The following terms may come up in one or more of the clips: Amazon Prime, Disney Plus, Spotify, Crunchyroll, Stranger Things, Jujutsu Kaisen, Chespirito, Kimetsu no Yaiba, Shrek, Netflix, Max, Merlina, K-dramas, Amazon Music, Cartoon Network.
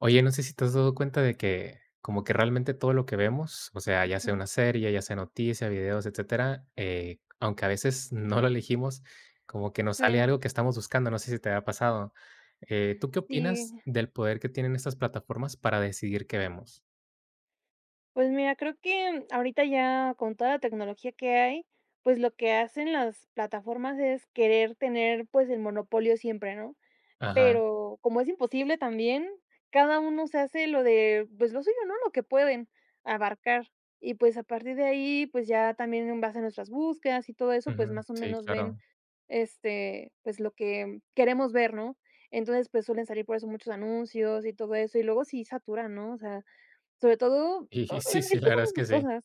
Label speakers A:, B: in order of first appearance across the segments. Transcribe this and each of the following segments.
A: Oye, no sé si te has dado cuenta de que como que realmente todo lo que vemos, o sea, ya sea
B: Ujú.
A: una serie, ya sea noticia, videos, etcétera, aunque a veces no lo elegimos, como que nos sale
B: Sí,
A: algo que estamos buscando, no sé si te ha pasado. ¿Tú qué opinas
B: sí.
A: del poder que tienen estas plataformas para decidir qué vemos?
B: Pues mira, creo que ahorita ya con toda la tecnología que hay, pues lo que hacen las plataformas es querer tener pues el monopolio siempre, ¿no?
A: Ajá,
B: Pero como es imposible también, cada uno se hace lo de, pues lo suyo, ¿no? Lo que pueden abarcar. Y pues a partir de ahí, pues ya también en base a nuestras búsquedas y todo eso, pues
A: ujú,
B: más o
A: sí,
B: menos ven
A: claro.
B: este, pues lo que queremos ver, ¿no? Entonces, pues suelen salir por eso muchos anuncios y todo eso, y luego sí saturan, ¿no? O sea, sobre todo,
A: Y
B: o
A: sí,
B: bueno,
A: sí,
B: es que
A: la
B: son
A: verdad es que
B: esas
A: sí.
B: cosas.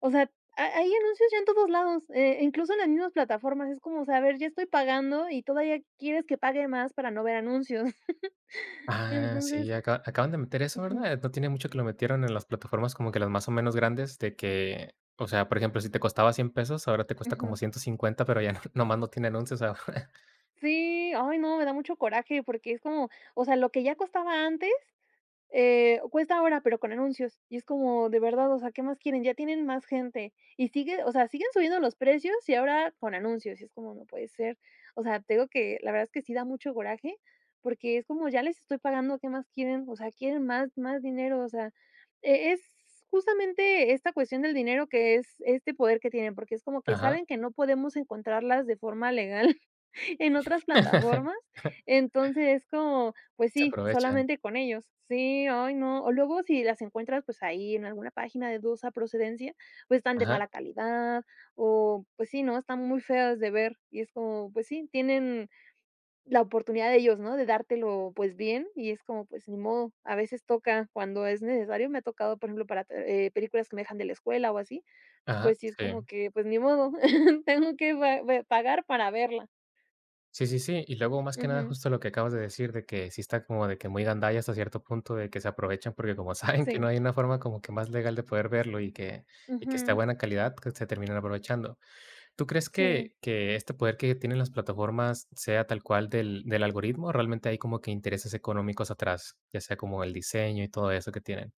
B: O sea, ha hay anuncios ya en todos lados, incluso en las mismas plataformas. Es como, saber ya estoy pagando y todavía quieres que pague más para no ver anuncios.
A: Ah,
B: Entonces,
A: sí, acaban de meter eso,
B: ujú,
A: ¿verdad? No tiene mucho que lo metieron en las plataformas como que las más o menos grandes de que, o sea, por ejemplo, si te costaba 100 pesos, ahora te cuesta como
B: ujú.
A: 150, pero ya no nomás no tiene anuncios ahora.
B: Sí, ay no, me da mucho coraje porque es como, o sea, lo que ya costaba antes cuesta ahora, pero con anuncios. Y es como, de verdad, o sea, ¿qué más quieren? Ya tienen más gente. Y sigue, o sea, siguen subiendo los precios y ahora con anuncios. Y es como, no puede ser. O sea, tengo que la verdad es que sí da mucho coraje, porque es como, ya les estoy pagando, ¿qué más quieren? O sea, quieren más, más dinero. O sea, es justamente esta cuestión del dinero que es este poder que tienen, porque es como que
A: Ajá.
B: saben que no podemos encontrarlas de forma legal en otras plataformas. Entonces es como, pues
A: Se
B: sí,
A: aprovechan.
B: solamente con ellos. Sí, ay, no. O luego si las encuentras, pues ahí en alguna página de dudosa procedencia, pues están de
A: Ajá,
B: mala calidad o pues sí, ¿no? Están muy feas de ver y es como, pues sí, tienen la oportunidad de ellos, ¿no? De dártelo pues bien y es como, pues ni modo, a veces toca cuando es necesario. Me ha tocado, por ejemplo, para películas que me dejan de la escuela o así,
A: ajá,
B: pues sí es como
A: sí.
B: que, pues ni modo, tengo que pagar para verla.
A: Sí, sí, sí. Y luego, más que nada,
B: Ujú.
A: justo lo que acabas de decir, de que sí está como de que muy gandalla hasta cierto punto, de que se aprovechan, porque como saben que
B: Sí.
A: no hay una forma como que más legal de poder verlo y que esté a
B: Ujú,
A: buena calidad, que se terminan aprovechando. ¿Tú crees
B: sí.
A: que este poder que tienen las plataformas sea tal cual del algoritmo, o realmente hay como que intereses económicos atrás? Ya sea como el diseño y todo eso que tienen.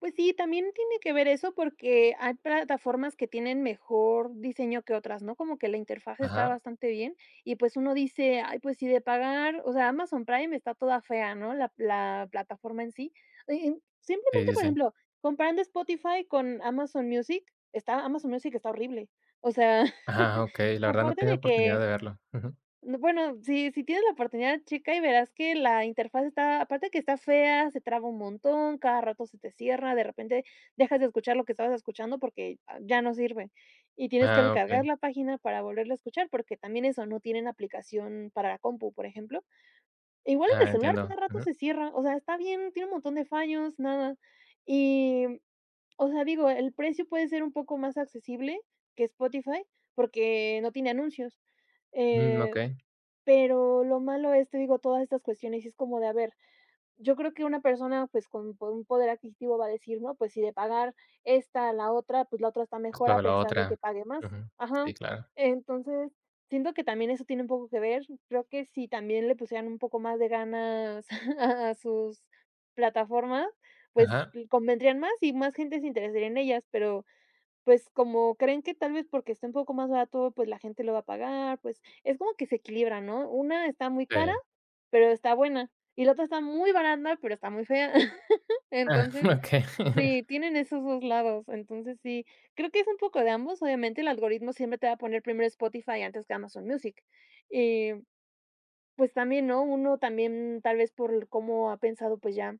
B: Pues sí, también tiene que ver eso porque hay plataformas que tienen mejor diseño que otras, ¿no? Como que la interfaz está
A: Ajá.
B: bastante bien y pues uno dice, ay, pues si de pagar, o sea, Amazon Prime está toda fea, ¿no? La plataforma en sí.
A: Sí,
B: Simplemente,
A: sí,
B: por
A: sí.
B: ejemplo, comparando Spotify con Amazon Music, Amazon Music está horrible. O sea,
A: Ajá, okey. La verdad no he
B: aparte
A: tenido
B: de
A: oportunidad
B: que.
A: de verlo. Ujú.
B: No, bueno, si tienes la oportunidad, checa y verás que la interfaz está aparte que está fea, se traba un montón, cada rato se te cierra, de repente dejas de escuchar lo que estabas escuchando porque ah, ya no sirve, y tienes que
A: Ah,
B: recargar
A: okey.
B: la página para volverla a escuchar, porque también eso, no tienen aplicación para la compu, por ejemplo. Igual en el
A: Ah,
B: celular
A: entiendo.
B: cada rato
A: Ujú.
B: se cierra, o sea, está bien, tiene un montón de fallos, nada. Y, o sea, digo, el precio puede ser un poco más accesible que Spotify, porque no tiene anuncios.
A: Mm,
B: Eh
A: okey.
B: pero lo malo es, te digo, todas estas cuestiones, y es como de, a ver, yo creo que una persona, pues, con po un poder adquisitivo va a decir, ¿no? Pues, si de pagar esta a la otra, pues, la otra está
A: Pues
B: mejor a
A: para la
B: pesar de que
A: otra.
B: pague más.
A: Ujú.
B: Ajá.
A: Sí, claro.
B: Entonces, siento que también eso tiene un poco que ver. Creo que si también le pusieran un poco más de ganas a sus plataformas, pues,
A: Ajá.
B: l convendrían más y más gente se interesaría en ellas, pero pues, como creen que tal vez porque esté un poco más barato, pues, la gente lo va a pagar, pues, es como que se equilibra, ¿no? Una está muy cara,
A: Sí.
B: pero está buena, y la otra está muy barata, pero está muy fea.
A: Ah,
B: Entonces,
A: okey.
B: sí, tienen esos 2 lados. Entonces, sí, creo que es un poco de ambos. Obviamente, el algoritmo siempre te va a poner primero Spotify antes que Amazon Music. Y, pues, también, ¿no? Uno también, tal vez, por cómo ha pensado, pues, ya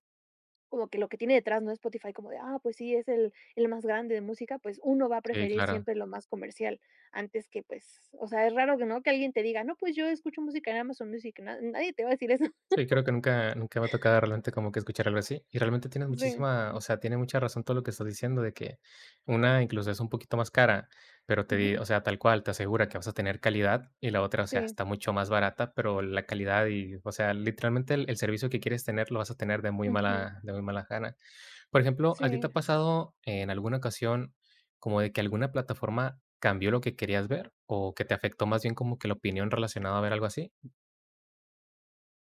B: como que lo que tiene detrás, ¿no? Spotify como de, ah, pues sí, es el más grande de música, pues uno va a
A: Sí,
B: preferir
A: claro.
B: siempre lo más comercial, antes que, pues, o sea, es raro que, ¿no? Que alguien te diga: "No, pues yo escucho música en Amazon Music", na nadie te va a decir eso.
A: Sí, creo que nunca nunca me ha tocado realmente como que escuchar algo así. Y realmente tienes
B: Sí,
A: muchísima, o sea, tiene mucha razón todo lo que estás diciendo de que una incluso es un poquito más cara, pero te di
B: ujú,
A: o sea, tal cual, te asegura que vas a tener calidad y la otra, o sea,
B: sí,
A: está mucho más barata, pero la calidad y, o sea, literalmente el servicio que quieres tener lo vas a tener de muy
B: ujú,
A: mala gana. Por ejemplo, ¿a ti te ha
B: sí.
A: pasado en alguna ocasión como de que alguna plataforma cambió lo que querías ver o que te afectó más bien como que la opinión relacionada a ver algo así?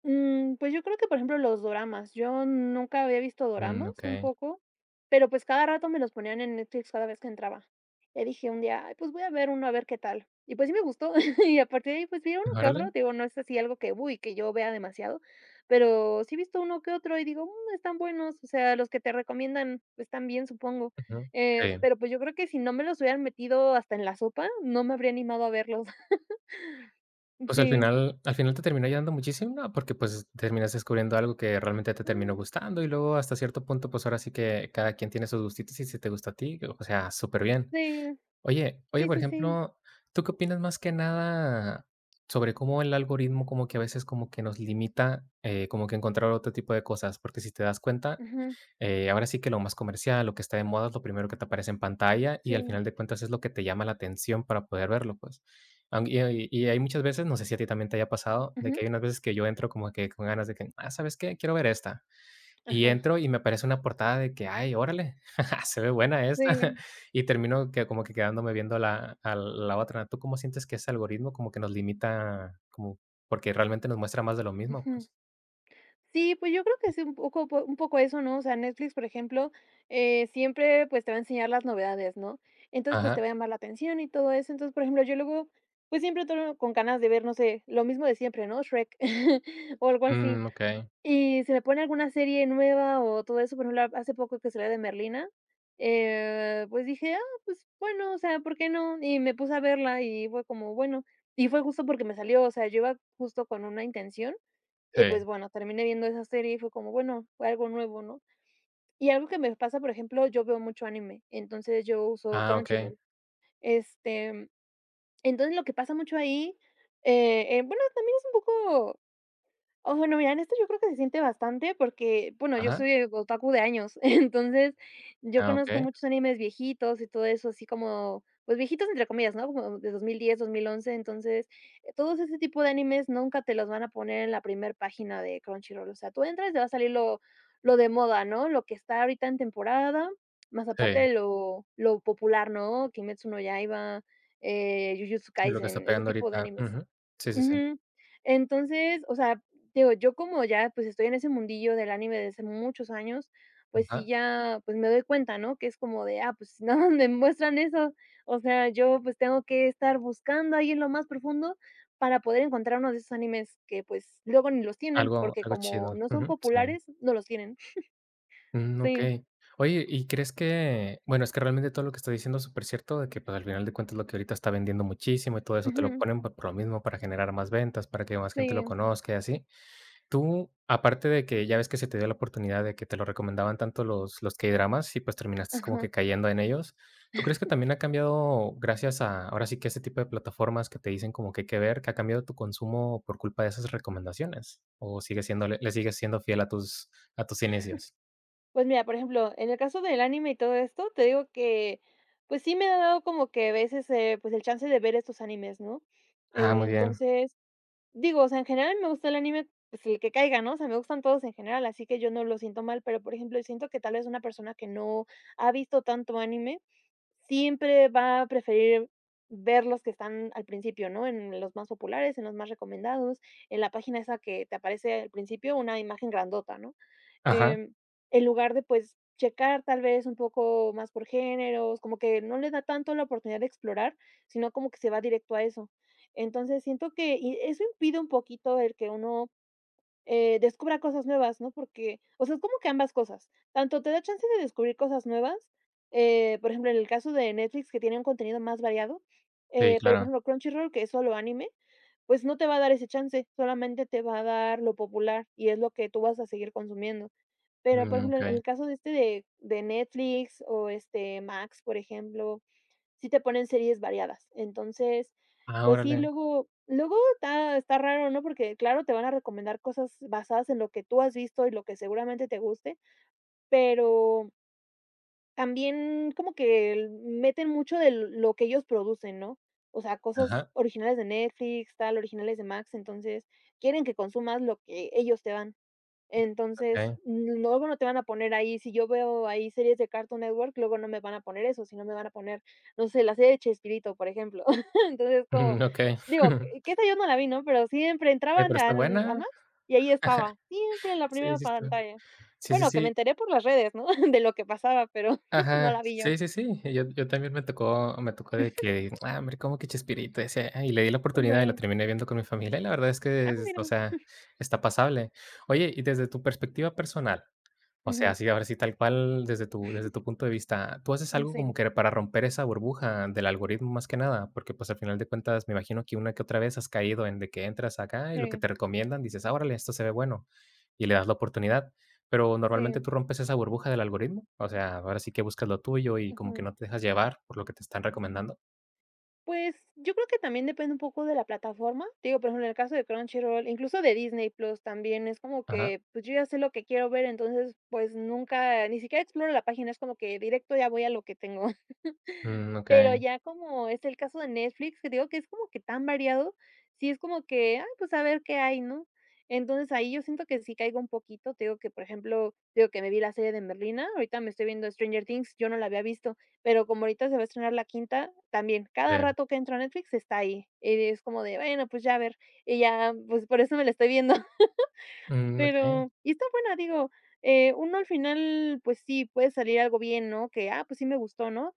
B: Mm, pues yo creo que, por ejemplo, los doramas. Yo nunca había visto
A: Mm,
B: doramas, un
A: okey.
B: poco, pero pues cada rato me los ponían en Netflix cada vez que entraba. Y dije un día: "Ay, pues voy a ver uno a ver qué tal". Y pues sí me gustó, y a partir de ahí, pues vi uno que otro,
A: Órale.
B: digo, no es así algo que, uy, que yo vea demasiado, pero sí he visto uno que otro y digo: "Mm, están buenos", o sea, los que te recomiendan pues están bien, supongo.
A: Ujú. Sí.
B: Pero pues yo creo que si no me los hubieran metido hasta en la sopa, no me habría animado a verlos.
A: Pues al
B: Sí.
A: final te terminó ayudando muchísimo, ¿no? Porque, pues, terminas descubriendo algo que realmente te
B: Mm,
A: terminó gustando, y luego hasta cierto punto, pues, ahora sí que cada quien tiene sus gustitos, y si te gusta a ti, o sea, súper bien.
B: sí.
A: Oye,
B: Sí,
A: por
B: sí, sí.
A: ejemplo, ¿tú qué opinas más que nada sobre cómo el algoritmo como que a veces como que nos limita, como que encontrar otro tipo de cosas? Porque si te das cuenta,
B: Ujú.
A: Ahora sí que lo más comercial, lo que está de moda es lo primero que te aparece en pantalla y al
B: Sí,
A: final de cuentas es lo que te llama la atención para poder verlo, pues. Am Y hay muchas veces, no sé si a ti también te haya pasado, de
B: ujú.
A: que hay unas veces que yo entro como que con ganas de que, ah, ¿sabes qué? Quiero ver esta. Y
B: Ajá.
A: entro y me aparece una portada de que, ay, órale, se ve buena
B: Sí,
A: esta. Y termino que como que quedándome viendo la a la otra. ¿Tú cómo sientes que ese algoritmo como que nos limita, como porque realmente nos muestra más de lo mismo,
B: ujú.
A: pues?
B: Sí, pues, yo creo que sí, un poco po un poco eso, ¿no? O sea, Netflix, por ejemplo, siempre, pues, te va a enseñar las novedades, ¿no? Entonces, pues, te
A: Ajá.
B: va a llamar la atención y todo eso. Entonces, por ejemplo, yo luego, pues, siempre termino con ganas de ver, no sé, lo mismo de siempre, ¿no? Shrek o algo así.
A: Mm, okey.
B: Y si me pone alguna serie nueva o todo eso, por ejemplo, hace poco que salió de Merlina, pues dije: "Ah, pues bueno, o sea, ¿por qué no?". Y me puse a verla y fue como, bueno, y fue justo porque me salió, o sea, yo iba justo con una intención
A: Sí.
B: y, pues bueno, terminé viendo esa serie y fue como, bueno, fue algo nuevo, ¿no? Y algo que me pasa, por ejemplo, yo veo mucho anime, entonces yo uso
A: Ah, okey.
B: Crunchyroll. Este, entonces lo que pasa mucho ahí, bueno, también es un poco. Oh, bueno, mira, en esto yo creo que se siente bastante porque, bueno, yo
A: Ajá.
B: soy otaku de años, entonces yo
A: Ah,
B: conozco
A: okey.
B: muchos animes viejitos y todo eso, así como, pues viejitos entre comillas, ¿no? Como de dos mil diez, 2011. Entonces todos ese tipo de animes nunca te los van a poner en la primera página de Crunchyroll, o sea, tú entras y te va a salir lo de moda, ¿no? Lo que está ahorita en temporada, más
A: Sí,
B: aparte de lo popular, ¿no? Kimetsu no Yaiba, Jujutsu
A: sí, lo que está
B: Kaisen, ese
A: pegando
B: tipo de
A: ahorita.
B: animes.
A: Ujú. Sí, sí, sí.
B: Ujú. Entonces, o sea, digo, yo como ya, pues, estoy en ese mundillo del anime desde hace muchos años, pues sí
A: Ajá.
B: ya, pues, me doy cuenta, ¿no? Que es como de, ah, pues, nada más me muestran eso. O sea, yo, pues, tengo que estar buscando ahí en lo más profundo para poder encontrar uno de esos animes que, pues, luego ni los tienen,
A: Algo
B: porque
A: algo
B: como
A: chido.
B: no son
A: Ujú. Sí.
B: populares, no los tienen.
A: Mm,
B: Sí.
A: okey. Oye, ¿y crees que? Bueno, es que realmente todo lo que está diciendo es supercierto de que, pues, al final de cuentas lo que ahorita está vendiendo muchísimo y todo eso te lo
B: Ujú.
A: ponen por lo mismo para generar más ventas, para que más gente lo
B: Sí.
A: conozca y así. Tú, aparte de que ya ves que se te dio la oportunidad de que te lo recomendaban tanto los K-dramas y, pues, terminaste como
B: Ajá.
A: que cayendo en ellos, ¿tú crees que también ha cambiado gracias a, ahora sí que este tipo de plataformas que te dicen como que hay que ver, que ha cambiado tu consumo por culpa de esas recomendaciones? ¿O sigue siendo le sigues siendo fiel a tus inicios?
B: Pues mira, por ejemplo, en el caso del anime y todo esto, te digo que, pues sí me ha dado como que a veces, pues el chance de ver estos animes, ¿no?
A: Ah, muy bien.
B: Entonces, digo, o sea, en general me gusta el anime, pues el que caiga, ¿no? O sea, me gustan todos en general, así que yo no lo siento mal, pero por ejemplo, siento que tal vez una persona que no ha visto tanto anime, siempre va a preferir ver los que están al principio, ¿no? En los más populares, en los más recomendados, en la página esa que te aparece al principio una imagen grandota, ¿no?
A: Ajá.
B: Em, en lugar de, pues, checar tal vez un poco más por géneros, como que no le da tanto la oportunidad de explorar, sino como que se va directo a eso. Entonces, siento que y eso impide un poquito el que uno descubra cosas nuevas, ¿no? Porque, o sea, es como que ambas cosas. Tanto te da chance de descubrir cosas nuevas, por ejemplo, en el caso de Netflix, que tiene un contenido más variado,
A: Sí,
B: pero, por
A: claro.
B: ejemplo, Crunchyroll, que es solo anime, pues no te va a dar ese chance, solamente te va a dar lo popular y es lo que tú vas a seguir consumiendo. Pero, por
A: Mm,
B: ejemplo, en
A: okey.
B: el caso de este de Netflix o este Max, por ejemplo, sí te ponen series variadas. Entonces,
A: Ah,
B: pues sí,
A: órale.
B: luego luego está raro, ¿no? Porque, claro, te van a recomendar cosas basadas en lo que tú has visto y lo que seguramente te guste, pero también como que l meten mucho de lo que ellos producen, ¿no? O sea, cosas
A: Ajá,
B: originales de Netflix, tal, originales de Max, entonces quieren que consumas lo que ellos te dan. Entonces,
A: okey.
B: luego no te van a poner ahí, si yo veo ahí series de Cartoon Network, luego no me van a poner eso, sino me van a poner, no sé, la serie de Chespirito, por ejemplo. Entonces, como,
A: Mm, okey.
B: digo, que esa yo no la vi, ¿no? Pero siempre entraban
A: Pero
B: a
A: está
B: a
A: buena.
B: Max y ahí estaba, siempre en la
A: Sí,
B: primera
A: sí está.
B: pantalla.
A: Sí, sí,
B: Bueno, que me
A: sí.
B: enteré por las redes, ¿no? De lo que pasaba, pero no
A: Ajá,
B: la vi yo.
A: sí, sí, sí. Yo también me tocó de que, ah, hombre, ¿cómo que Chespirito? Y decía, y le di la oportunidad y lo
B: Sí.
A: terminé viendo con mi familia, y la verdad es
B: Ah,
A: que, es o
B: mira.
A: sea, está pasable. Oye, y desde tu perspectiva personal, o sea,
B: Ujú.
A: así, ahora sí, tal cual, desde tu punto de vista, ¿tú haces
B: Mm,
A: algo como
B: sí,
A: que para romper esa burbuja del algoritmo más que nada? Porque, pues, al final de cuentas, me imagino que una que otra vez has caído en de que entras acá y lo que
B: sí,
A: te recomiendan, dices: "Ah, órale, esto se ve bueno", y le das la oportunidad. Pero, ¿normalmente
B: sí.
A: tú rompes esa burbuja del algoritmo? O sea, ahora sí que buscas lo tuyo y como que
B: Ujú.
A: no te dejas llevar por lo que te están recomendando.
B: Pues, yo creo que también depende un poco de la plataforma. Te digo, por ejemplo, en el caso de Crunchyroll, incluso de Disney Plus también, es como
A: Ajá.
B: que, pues, yo ya sé lo que quiero ver, entonces, pues, nunca ni siquiera exploro la página, es como que directo ya voy a lo que tengo.
A: Mm,
B: Pero
A: okey.
B: ya como es el caso de Netflix, que te digo que es como que tan variado, sí es como que, ah, pues a ver qué hay, ¿no? Entonces ahí yo siento que sí caigo un poquito, te digo que, por ejemplo, te digo que me vi la serie de Merlina, ahorita me estoy viendo Stranger Things, yo no la había visto, pero como ahorita se va a estrenar la quinta, también, cada
A: Sí.
B: rato que entro a Netflix está ahí, y es como de, bueno, pues ya a ver, y ya, pues por eso me la estoy viendo.
A: Mm, okey.
B: Pero, y está buena, digo, uno al final, pues sí, puede salir algo bien, ¿no? Que, ah, pues sí me gustó, ¿no?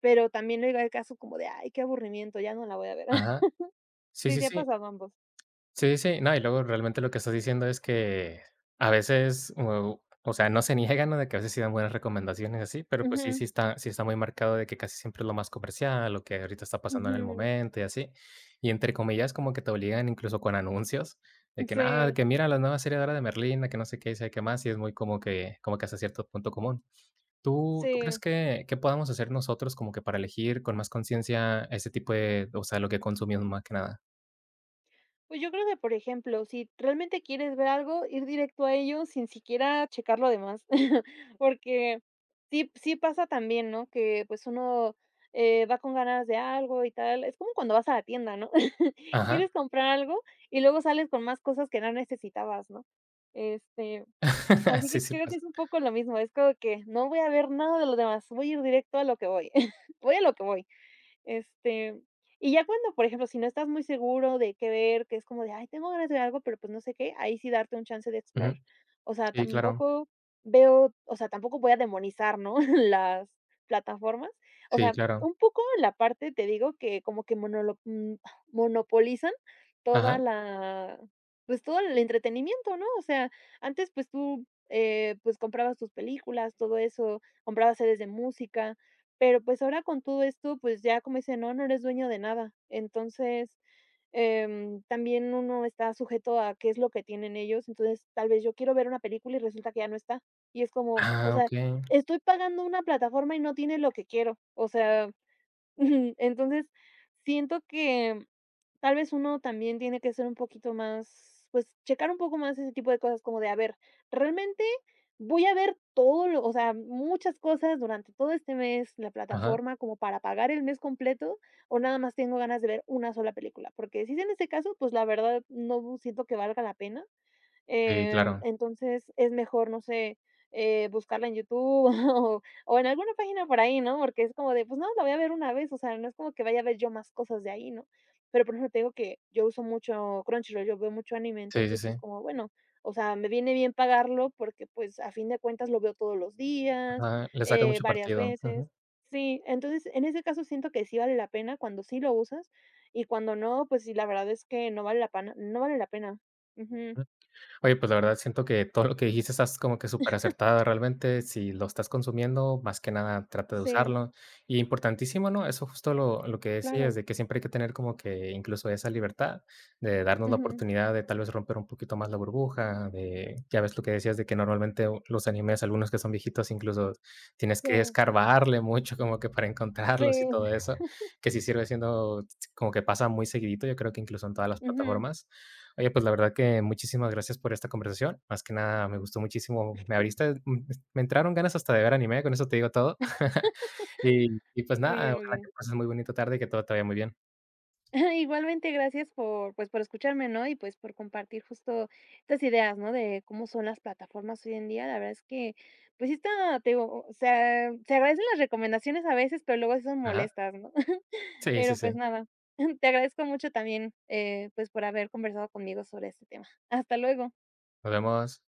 B: Pero también llega el caso como de: "Ay, qué aburrimiento, ya no la voy a ver".
A: Ajá. Sí,
B: Sí,
A: sí,
B: sí ha
A: sí.
B: pasado ambos.
A: Sí, sí, no, y luego realmente lo que estás diciendo es que a veces, o sea, no se niegan, ¿no? De que a veces sí dan buenas recomendaciones así, pero pues sí,
B: Ujú,
A: sí está muy marcado de que casi siempre es lo más comercial, lo que ahorita está pasando en el
B: ujú.
A: momento y así. Y entre comillas, como que te obligan incluso con anuncios de que nada, de
B: Sí,
A: que mira la nueva serie de ahora de Merlina, que no sé qué, y sé qué más, y es muy como que hasta cierto punto común. ¿Tú crees
B: sí.
A: que podamos hacer nosotros como que para elegir con más conciencia ese tipo de, o sea, lo que consumimos más que nada?
B: Pues, yo creo que, por ejemplo, si realmente quieres ver algo, ir directo a ello sin siquiera checar lo demás. Porque sí pasa también, ¿no? Que, pues, uno, va con ganas de algo y tal. Es como cuando vas a la tienda, ¿no?
A: Ajá,
B: Quieres comprar algo y luego sales con más cosas que no necesitabas, ¿no? Este Así
A: sí,
B: que
A: sí
B: creo que
A: pasa.
B: es un poco lo mismo, es como que no voy a ver nada de lo demás, voy a ir directo a lo que voy, voy a lo que voy. Este, y ya cuando, por ejemplo, si no estás muy seguro de qué ver, que es como de, ay, tengo ganas de ver algo, pero pues no sé qué, ahí sí darte un chance de explorar.
A: Ujú.
B: O sea,
A: Sí, claro.
B: tampoco veo, o sea, tampoco voy a demonizar, ¿no? Las plataformas. O
A: Sí,
B: sea,
A: claro.
B: un poco la parte, te digo, que como que monopolizan toda
A: Ajá.
B: la, pues todo el entretenimiento, ¿no? O sea, antes pues tú, pues comprabas tus películas, todo eso, comprabas series de música, pero, pues, ahora con todo esto, pues, ya como dice "No, no eres dueño de nada". Entonces, también uno está sujeto a qué es lo que tienen ellos. Entonces, tal vez yo quiero ver una película y resulta que ya no está. Y es como, o
A: Ah,
B: sea,
A: okey.
B: estoy pagando una plataforma y no tiene lo que quiero. O sea. Ujú. Entonces, siento que tal vez uno también tiene que ser un poquito más, pues, checar un poco más ese tipo de cosas, como de, a ver, realmente voy a ver todo lo, o sea, muchas cosas durante todo este mes, la
A: Ajá.
B: plataforma como para pagar el mes completo, o nada más tengo ganas de ver una sola película, porque si es en ese caso, pues, la verdad no siento que valga la pena.
A: Sí, claro.
B: Entonces, es mejor, no sé, buscarla en YouTube o en alguna página por ahí, ¿no? Porque es como de, pues, no, la voy a ver una vez, o sea, no es como que vaya a ver yo más cosas de ahí, ¿no? Pero, por ejemplo, te digo que yo uso mucho Crunchyroll, yo veo mucho anime,
A: Sí, sí,
B: entonces
A: sí.
B: sí es como, bueno, o sea, me viene bien pagarlo porque, pues, a fin de cuentas lo veo todos los días,
A: Ajá, le saca mucho
B: varias
A: partido.
B: veces.
A: Ujú.
B: Sí, entonces, en ese caso siento que sí vale la pena cuando sí lo usas y cuando no, pues sí, la verdad es que no vale la pena, no vale la pena. Ujú.
A: Oye, pues la verdad siento que todo lo que dijiste estás como que súper acertada realmente, si lo estás consumiendo, más que nada trata de
B: Sí,
A: usarlo. Y importantísimo, ¿no? Eso justo lo que decías,
B: claro.
A: de que siempre hay que tener como que incluso esa libertad de darnos la
B: Ujú.
A: oportunidad de tal vez romper un poquito más la burbuja, de, ya ves lo que decías, de que normalmente los animes, algunos que son viejitos, incluso tienes que
B: Sí,
A: escarbarle mucho como que para encontrarlos
B: sí.
A: y todo eso, que sí sirve siendo como que pasa muy seguidito, yo creo que incluso en todas las
B: Ujú.
A: plataformas. Oye, pues la verdad que muchísimas gracias por esta conversación. Más que nada, me gustó muchísimo. Me abriste, me entraron ganas hasta de ver anime, con eso te digo todo. Y pues nada,
B: Muy bien, muy
A: ojalá que
B: bien.
A: pases muy bonita tarde y que todo te vaya muy bien.
B: Igualmente, gracias por, pues, por escucharme, ¿no? Y pues por compartir justo estas ideas, ¿no? De cómo son las plataformas hoy en día. La verdad es que, pues sí está, te digo, o sea, se agradecen las recomendaciones a veces, pero luego sí son
A: Ajá.
B: molestas, ¿no?
A: Sí, sí,
B: Pero pues
A: sí.
B: nada, te agradezco mucho también, pues por haber conversado conmigo sobre este tema. Hasta luego.
A: Nos vemos.